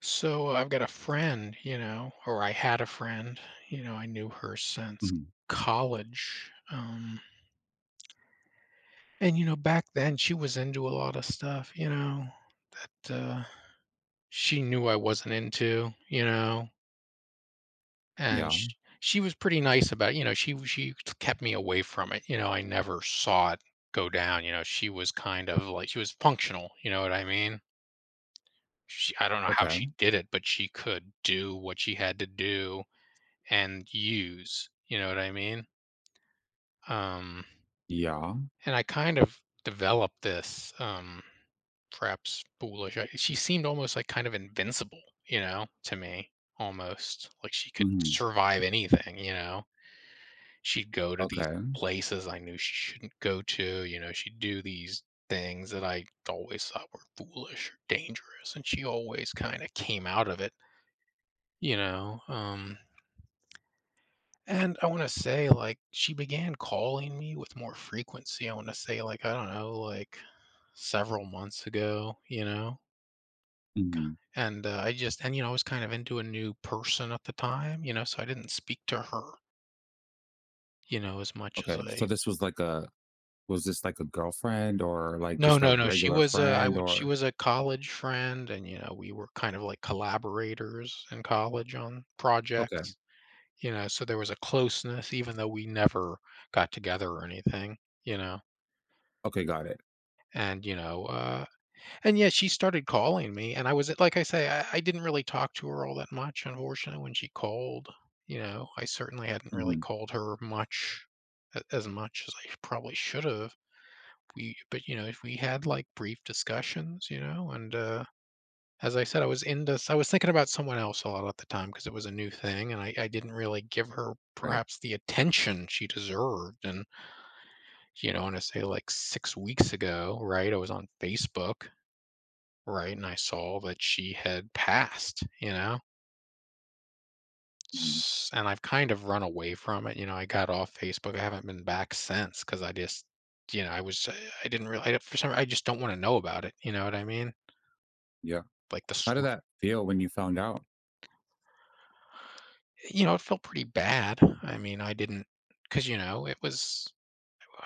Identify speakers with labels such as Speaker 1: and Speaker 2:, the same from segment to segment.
Speaker 1: So I've got a friend, or I had a friend, I knew her since
Speaker 2: Mhm.
Speaker 1: college. And, back then she was into a lot of stuff, that she knew I wasn't into, and
Speaker 2: Yeah.
Speaker 1: she was pretty nice about it. She kept me away from it. I never saw it go down. She was kind of like, she was functional. You know what I mean? I don't know how she
Speaker 2: Okay.
Speaker 1: did it, but she could do what she had to do and use. You know what I mean? Um,
Speaker 2: Yeah.
Speaker 1: and I kind of developed this, perhaps foolish. She seemed almost like kind of invincible, to me, almost like she could
Speaker 2: Mhm.
Speaker 1: survive anything. She'd go to these
Speaker 2: Okay.
Speaker 1: places I knew she shouldn't go to, she'd do these things that I always thought were foolish or dangerous, and she always kind of came out of it, you know. Um, And I wanna say, like, she began calling me with more frequency, I wanna say, like, I don't know, like, several months ago, you know?
Speaker 2: Mhm.
Speaker 1: And, I just and, you know, I was kind of into a new person at the time, so I didn't speak to her, as much as
Speaker 2: Okay.
Speaker 1: I.
Speaker 2: So this was like a was this like a girlfriend or like
Speaker 1: No,
Speaker 2: just a
Speaker 1: no, no,
Speaker 2: regular friend
Speaker 1: she
Speaker 2: or
Speaker 1: was a college friend and, we were kind of like collaborators in college on
Speaker 2: Okay.
Speaker 1: projects, so there was a closeness even though we never got together or anything, you know?
Speaker 2: Okay, got it.
Speaker 1: And, you know, uh And yeah, she started calling me, and I was like I say, I didn't really talk to her all that much, unfortunately, when she called, you know? I certainly hadn't really
Speaker 2: Mhm.
Speaker 1: called her much a as much as I probably should have. We but, you know, if we had, like, brief discussions, you know? As I said, I was thinking about someone else a lot at the time because it was a new thing, and I didn't really give her
Speaker 2: Great.
Speaker 1: perhaps the attention she deserved, and, and I say, like, 6 weeks ago, right, I was on Facebook. Right, and I saw that she had passed, you know?
Speaker 2: Mhm.
Speaker 1: S and I've kind of run away from it, I got off Facebook, I haven't been back since because I just I was, I didn't really, I don't- for some I just don't wanna know about it, you know what I mean?
Speaker 2: Yeah.
Speaker 1: Like, the
Speaker 2: How did
Speaker 1: sordid.
Speaker 2: that feel when you found out?
Speaker 1: It felt pretty bad, I mean, I didn't, not because, it was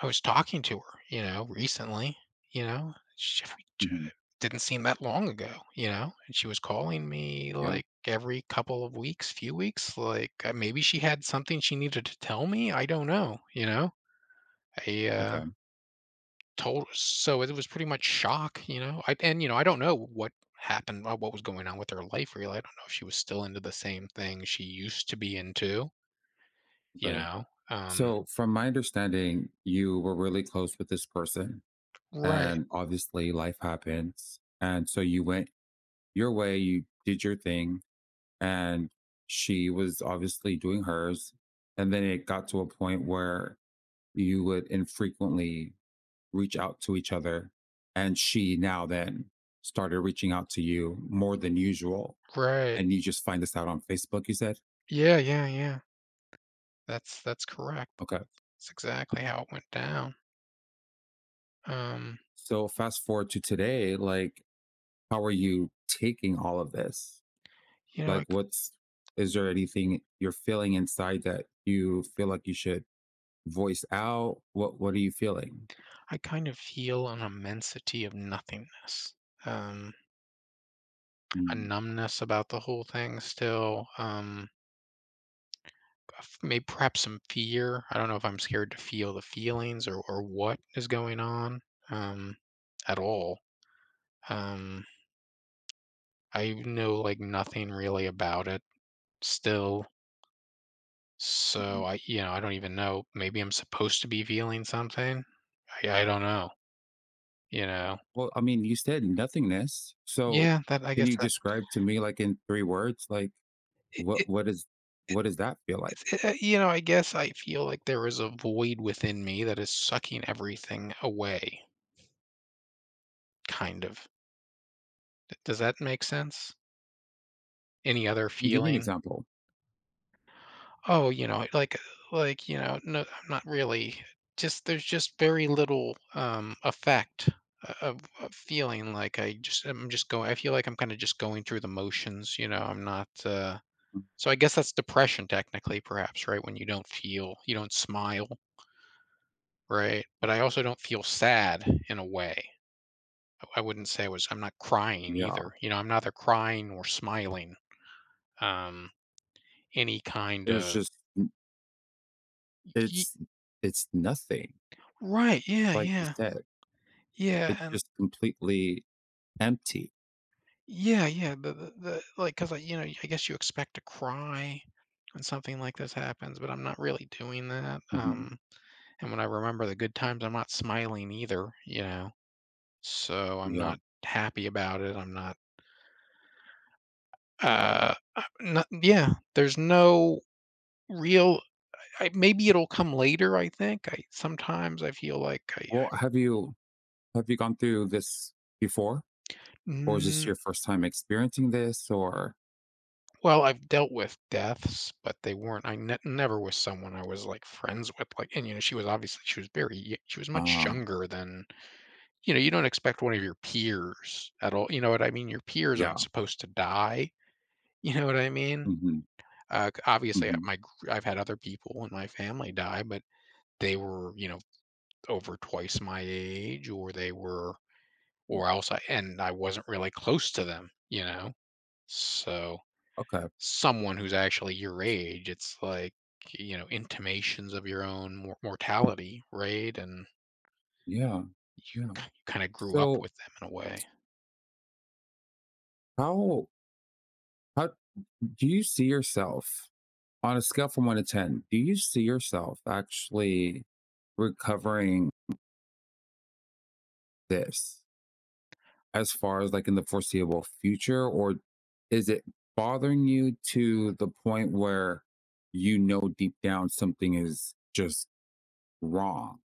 Speaker 1: I was talking to her, recently, you know? Sh
Speaker 2: Mhm.
Speaker 1: Didn't seem that long ago, and she was calling me,
Speaker 2: Yeah.
Speaker 1: like, every couple of weeks, few weeks, like, maybe she had something she needed to tell me, I don't know, you know? I,
Speaker 2: Okay.
Speaker 1: told So it was pretty much shock, you know? I don't know what happened, what was going on with her life, really, I don't know if she was still into the same thing she used to be into, you
Speaker 2: Right.
Speaker 1: know? Um
Speaker 2: So from my understanding, you were really close with this person,
Speaker 1: Right,
Speaker 2: and obviously life happens. And so you went your way, you did your thing, and she was obviously doing hers. And then it got to a point where you would infrequently reach out to each other. And she now then started reaching out to you more than usual.
Speaker 1: right.
Speaker 2: And you just find this out on Facebook, you said?
Speaker 1: Yeah, yeah, yeah. That's correct.
Speaker 2: Okay.
Speaker 1: That's exactly how it went down. Um,
Speaker 2: So fast forward to today, like, how are you taking all of this?
Speaker 1: you know,
Speaker 2: Like, what's, is there anything you're feeling inside that you feel like you should voice out? What are you feeling?
Speaker 1: I kind of feel an immensity of nothingness, um, a numbness about the whole thing still, maybe perhaps some fear. I don't know if I'm scared to feel the feelings or what is going on, um, at all. Um, I know like nothing really about it still. So I don't even know. Maybe I'm supposed to be feeling something. I don't know. You know.
Speaker 2: Well, I mean, you said nothingness. So
Speaker 1: Yeah, that I
Speaker 2: can
Speaker 1: guess
Speaker 2: you describe to me, like in three words, like
Speaker 1: that.
Speaker 2: what what is what does that feel like?
Speaker 1: I guess I feel like there is a void within me that is sucking everything away, kind of. Does that make sense? Any other
Speaker 2: Can you give me an
Speaker 1: feeling?
Speaker 2: example?
Speaker 1: Oh, no, I'm not really. Just there's just very little effect of feeling like I'm just going. I feel like I'm kind of just going through the motions. I'm not.
Speaker 2: Mm,
Speaker 1: So I guess that's depression technically, perhaps, right? When you don't feel, you don't smile, right? But I also don't feel sad in a way, I wouldn't say, was. I'm not crying
Speaker 2: yeah.
Speaker 1: either. I'm neither crying or smiling. Um, any kind
Speaker 2: There's
Speaker 1: of
Speaker 2: just
Speaker 1: y-
Speaker 2: it's it's nothing.
Speaker 1: Right, yeah,
Speaker 2: Like you
Speaker 1: yeah,
Speaker 2: said,
Speaker 1: yeah,
Speaker 2: it's
Speaker 1: and
Speaker 2: just completely empty.
Speaker 1: yeah, yeah. The like, cause like, I guess you expect to cry when something like this happens, but I'm not really doing that.
Speaker 2: Mhm.
Speaker 1: And when I remember the good times, I'm not smiling either. So I'm
Speaker 2: Yeah.
Speaker 1: not happy about it. I'm not. I not Yeah. There's no real. I Maybe it'll come later, I think. I sometimes I feel like I
Speaker 2: Well, have you gone through this before? Or is this
Speaker 1: mm,
Speaker 2: your first time experiencing this? Or
Speaker 1: Well, I've dealt with deaths, but they weren't, I ne never was someone I was, like, friends with, like, and, she was obviously, she was much
Speaker 2: um
Speaker 1: younger than, you don't expect one of your peers at all, you know what I mean? Your peers
Speaker 2: yeah.
Speaker 1: aren't supposed to die, You know what I mean?
Speaker 2: Hmm.
Speaker 1: C Obviously, I-
Speaker 2: Hmm.
Speaker 1: my gr I've had other people in my family die, but they were, over twice my age, or they were or else, I wasn't really close to them, you know? So
Speaker 2: Okay.
Speaker 1: someone who's actually your age, it's like, intimations of your own mortality, right? And
Speaker 2: Yeah.
Speaker 1: you,
Speaker 2: Yeah.
Speaker 1: you kind of grew up
Speaker 2: So
Speaker 1: with them in a way.
Speaker 2: how how do you see yourself on a scale from 1 to 10? Do you see yourself actually recovering this as far as like in the foreseeable future? Or is it bothering you to the point where you know deep down something is just wrong?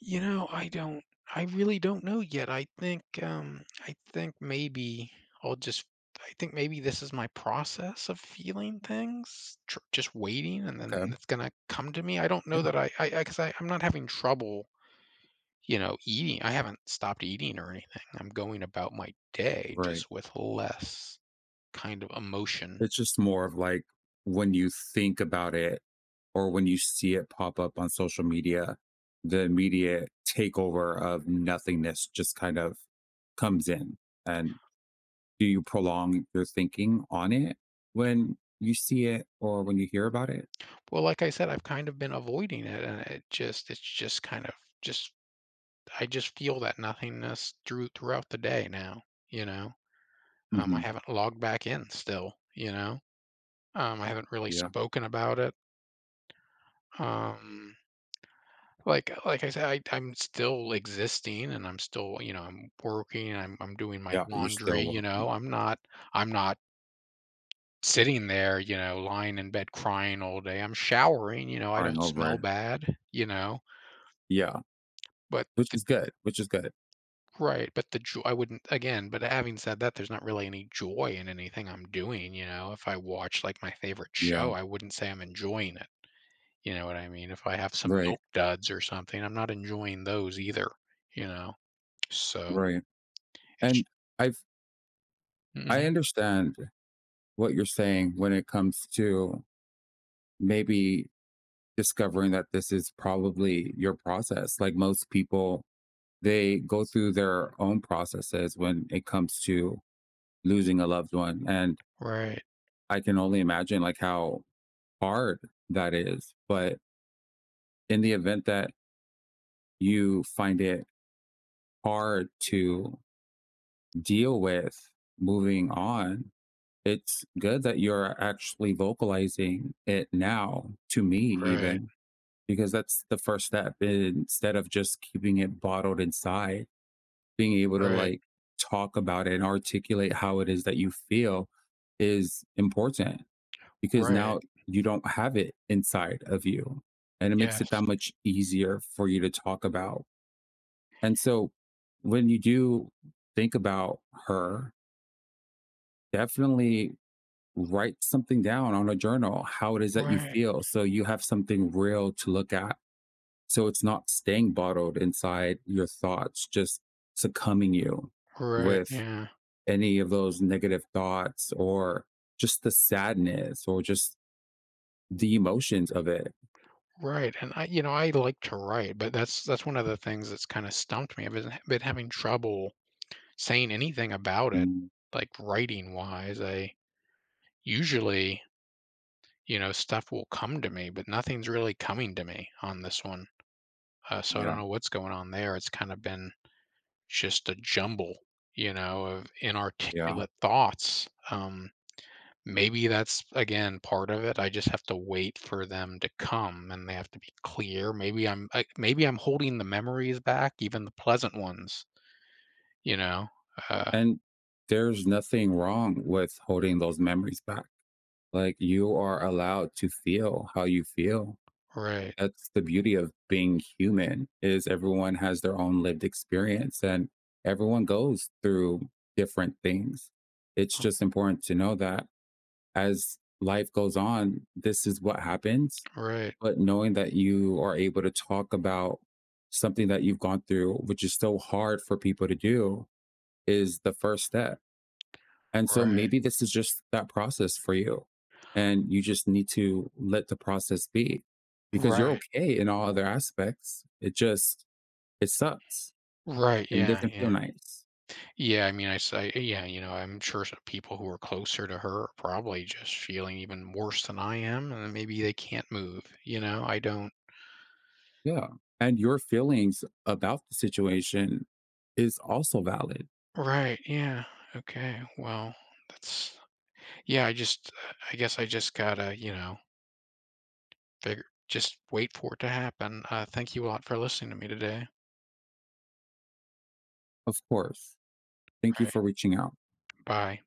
Speaker 1: You know, I don't, I really don't know yet. I think, I'll just, maybe this is my process of feeling things, just waiting, and then
Speaker 2: Okay.
Speaker 1: it's gonna come to me. I don't know
Speaker 2: Yeah.
Speaker 1: that I, because I, 'cause I- I'm not having trouble, eating. I haven't stopped eating or anything. I'm going about my day
Speaker 2: Right.
Speaker 1: just with less kind of emotion.
Speaker 2: It's just more of like when you think about it or when you see it pop up on social media, the immediate takeover of nothingness just kind of comes in. And do you prolong your thinking on it when you see it or when you hear about it?
Speaker 1: Well, like I said, I've kind of been avoiding it and it just it's just kind of just I just feel that nothingness throughout the day now, you know. I
Speaker 2: Hmm.
Speaker 1: haven't logged back in still, you know. I haven't really
Speaker 2: Yeah.
Speaker 1: spoken about it. Um, like I said, I'm still existing and I'm still, I'm working, and I'm doing my
Speaker 2: Yeah. You're
Speaker 1: laundry,
Speaker 2: still
Speaker 1: you know.
Speaker 2: working,
Speaker 1: I'm not sitting there, lying in bed crying all day. I'm showering, I
Speaker 2: crying
Speaker 1: don't
Speaker 2: over
Speaker 1: smell
Speaker 2: it.
Speaker 1: bad, you know,
Speaker 2: Yeah.
Speaker 1: but
Speaker 2: Which
Speaker 1: the.
Speaker 2: is good. Which is good.
Speaker 1: Right, but the joy, I wouldn't, again, but having said that, there's not really any joy in anything I'm doing, you know. If I watch like my favorite show,
Speaker 2: Yeah.
Speaker 1: I wouldn't say I'm enjoying it. You know what I mean? If I have some
Speaker 2: Right.
Speaker 1: milk duds or something, I'm not enjoying those either, you know. So
Speaker 2: Right.
Speaker 1: it's
Speaker 2: And I've, I
Speaker 1: mhm.
Speaker 2: understand what you're saying when it comes to maybe discovering that this is probably your process. Like most people, they go through their own processes when it comes to losing a loved one. And
Speaker 1: Right,
Speaker 2: I can only imagine like how hard that is. But in the event that you find it hard to deal with moving on, it's good that you're actually vocalizing it now to me,
Speaker 1: right,
Speaker 2: even, because that's the first step. Instead of just keeping it bottled inside, being able to
Speaker 1: right,
Speaker 2: like talk about it and articulate how it is that you feel is important, because
Speaker 1: right.
Speaker 2: now you don't have it inside of you, and it makes it
Speaker 1: Yes.
Speaker 2: that much easier for you to talk about. And so when you do think about her, definitely write something down on a journal, how it is that you
Speaker 1: Right,
Speaker 2: feel, so you have something real to look at, so it's not staying bottled inside your thoughts, just succumbing you
Speaker 1: right,
Speaker 2: with
Speaker 1: yeah.
Speaker 2: any of those negative thoughts or just the sadness or just the emotions of it.
Speaker 1: Right, and I like to write, but that's one of the things that's kinda stumped me. I've been having trouble saying anything about it,
Speaker 2: Mm,
Speaker 1: like, writing-wise. I usually, stuff will come to me, but nothing's really coming to me on this one. So I
Speaker 2: yeah.
Speaker 1: don't know what's going on there. It's kinda been just a jumble, of
Speaker 2: Yeah.
Speaker 1: inarticulate thoughts. Maybe that's again part of it. I just have to wait for them to come and they have to be clear. Maybe I'm holding the memories back, even the pleasant ones, you know. Uh
Speaker 2: And there's nothing wrong with holding those memories back. Like, you are allowed to feel how you feel.
Speaker 1: right.
Speaker 2: That's the beauty of being human. Is everyone has their own lived experience and everyone goes through different things. It's just important to know that as life goes on, this is what happens.
Speaker 1: Right.
Speaker 2: But knowing that you are able to talk about something that you've gone through, which is so hard for people to do, is the first step. And so
Speaker 1: Right.
Speaker 2: maybe this is just that process for you. And you just need to let the process be, because you're
Speaker 1: Right.
Speaker 2: okay in all other aspects. It just, it sucks
Speaker 1: Right.
Speaker 2: and it
Speaker 1: Yeah.
Speaker 2: doesn't feel
Speaker 1: Yeah.
Speaker 2: nice.
Speaker 1: Yeah. I mean, I say, yeah, I'm sure some people who are closer to her are probably just feeling even worse than I am. And then maybe they can't move. I don't.
Speaker 2: Yeah. And your feelings about the situation is also valid.
Speaker 1: Right. Yeah. Okay. Well, that's yeah, I guess I just gotta, figure just wait for it to happen. Thank you a lot for listening to me today.
Speaker 2: Of course. Thank
Speaker 1: All
Speaker 2: you
Speaker 1: right.
Speaker 2: for reaching out.
Speaker 1: Bye.